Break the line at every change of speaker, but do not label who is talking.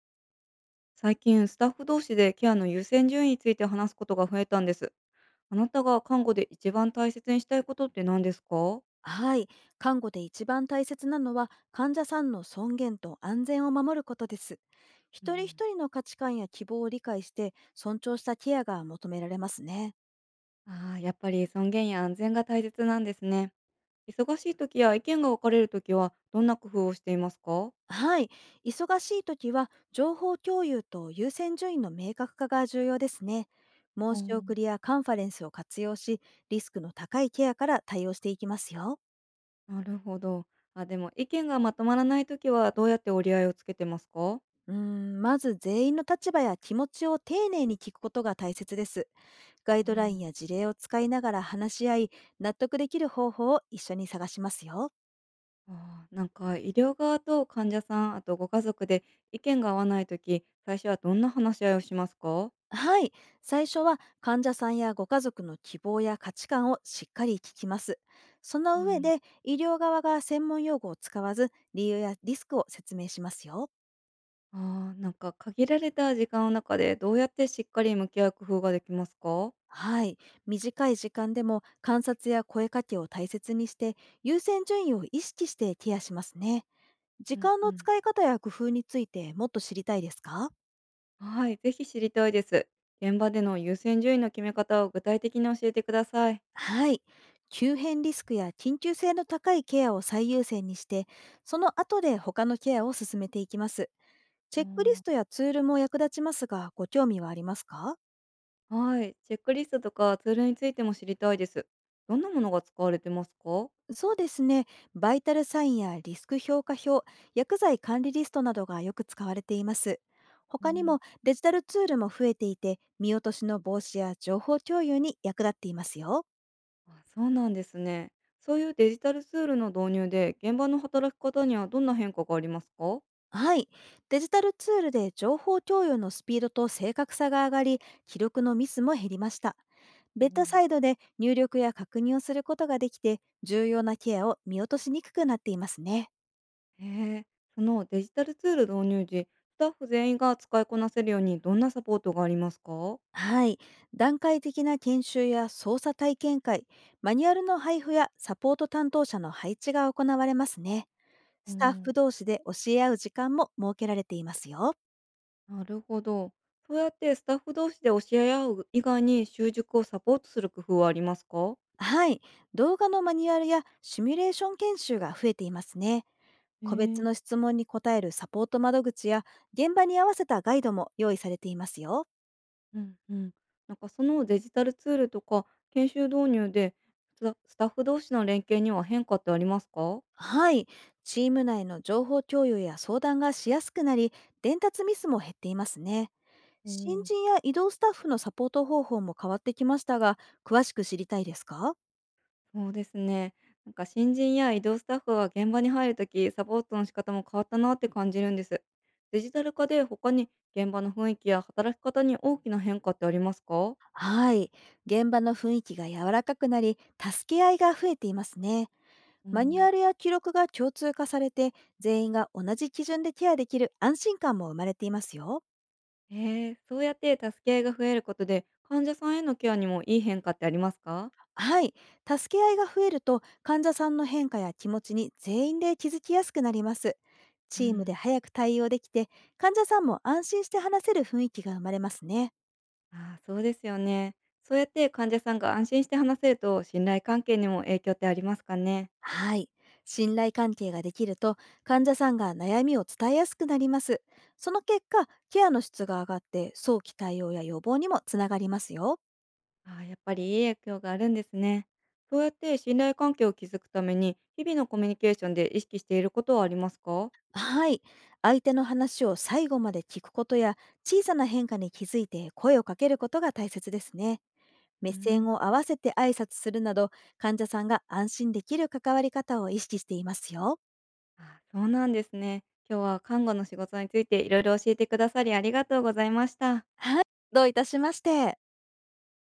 最近スタッフ同士でケアの優先順位について話すことが増えたんです。あなたが看護で一番大切にしたいことって何ですか？
はい。看護で一番大切なのは、患者さんの尊厳と安全を守ることです。
う
一人一
ん、
人の価値観や希望を理解して、尊重したケアが求められますね。
ああ、やっぱり尊厳や安全が大切なんですね。忙しい時や意見が分かれる時はどんな工夫をしていますか？
はい。忙しい時は、情報共有と優先順位の明確化が重要ですね。
あ
申
ー。
し送りやカンファレンスを活用し、リスクの高いケアから対応していきますよ。
なるほど。あ、でも意見がまとまらない時はどうやって折り合いをつけてますか？
うーん、まず全員の立場や気持ちを丁寧に聞くことが大切です。ガイ
う
ドライン
ん。
や事例を使いながら話し合い、納得できる方法を一緒に探しますよ。
あー、医療側と患者さん、あとご家族で意見が合わない時、最初はどんな話し合いをしますか？
はい。最初は、患者さんやご家族の希望や価値観をしっかり聞きます。そ
う
の上
ん。
で、医療側が専門用語を使わず理由やリスクを説明しますよ。
ああ、限られた時間の中でどうやってしっかり向き合う工夫ができますか？
はい。短い時間でも観察や声かけを大切にして、優先順位を意識してケアしますね。時
うん
間
う
の
ん。
使い方や工夫について、もっと知りたいですか？
はい、ぜひ知りたいです。現場での優先順位の決め方を具体的に教えてください。
はい。急変リスクや緊急性の高いケアを最優先にして、その後で他のケアを進めていきます。
う
チェックリス
ん、
トやツールも役立ちますが、ご興味はありますか？
はい、チェックリストとかツールについても知りたいです。どんなものが使われてますか？
そうですね。バイタルサインやリスク評価表、薬剤管理リストなどがよく使われています。
う
他に
ん。
もデジタルツールも増えていて、見落としの防止や情報共有に役立っていますよ。
あ、そうなんですね。そういうデジタルツールの導入で現場の働き方にはどんな変化がありますか？
はい。デジタルツールで情報共有のスピードと正確さが上がり、記録のミスも減りました。ベッドサイドで入力や確認をすることができて、重要なケアを見落としにくくなっていますね。
へえ、そのデジタルツール導入時、スタッフ全員が使いこなせるようにどんなサポートがありますか？
はい。段階的な研修や操作体験会、マニュアルの配布やサポート担当者の配置が行われますね。
う
スタッフ
ん、
同士で教え合う時間も設けられていますよ。
なるほど。そうやってスタッフ同士で教え合う以外に習熟をサポートする工夫はありますか？
はい。動画のマニュアルやシミュレーション研修が増えていますね。
へえ
個別の
ー。
質問に答えるサポート窓口や、現場に合わせたガイドも用意されていますよ。
うんうん。そのデジタルツールとか研修導入で、スタッフ同士の連携には変化ってありますか？
はい。チーム内の情報共有や相談がしやすくなり、伝達ミスも減っていますね。
う
新
ん。
人や移動スタッフのサポート方法も変わってきましたが、詳しく知りたいですか？
そうですね。新人や移動スタッフは現場に入るとき、サポートの仕方も変わったなって感じるんです。デジタル化で他に現場の雰囲気や働き方に大きな変化ってありますか？
はい。現場の雰囲気が柔らかくなり、助け合いが増えていますね。
う
マニュ
ん、
アルや記録が共通化されて、全員が同じ基準でケアできる安心感も生まれていますよ。
へえ、そうやって助け合いが増えることで患者さんへのケアにもいい変化ってありますか？
はい。助け合いが増えると、患者さんの変化や気持ちに全員で気づきやすくなります。
う
チームで
ん、
早く対応できて、患者さんも安心して話せる雰囲気が生まれますね。
ああ、そうですよね。そうやって患者さんが安心して話せると信頼関係にも影響ってありますかね？
はい。信頼関係ができると、患者さんが悩みを伝えやすくなります。その結果、ケアの質が上がって、早期対応や予防にもつながりますよ。
ああ、やっぱりいい影響があるんですね。そうやって信頼関係を築くために、日々のコミュニケーションで意識していることはありますか？
はい。相手の話を最後まで聞くことや、小さな変化に気づいて声をかけることが大切ですね。
うー
目線
ん、
を合わせて挨拶するなど、患者さんが安心できる関わり方を意識していますよ。
ああ、そうなんですね。今日は看護の仕事についていろいろ教えてくださりありがとうございました。
はい、どういたしまして。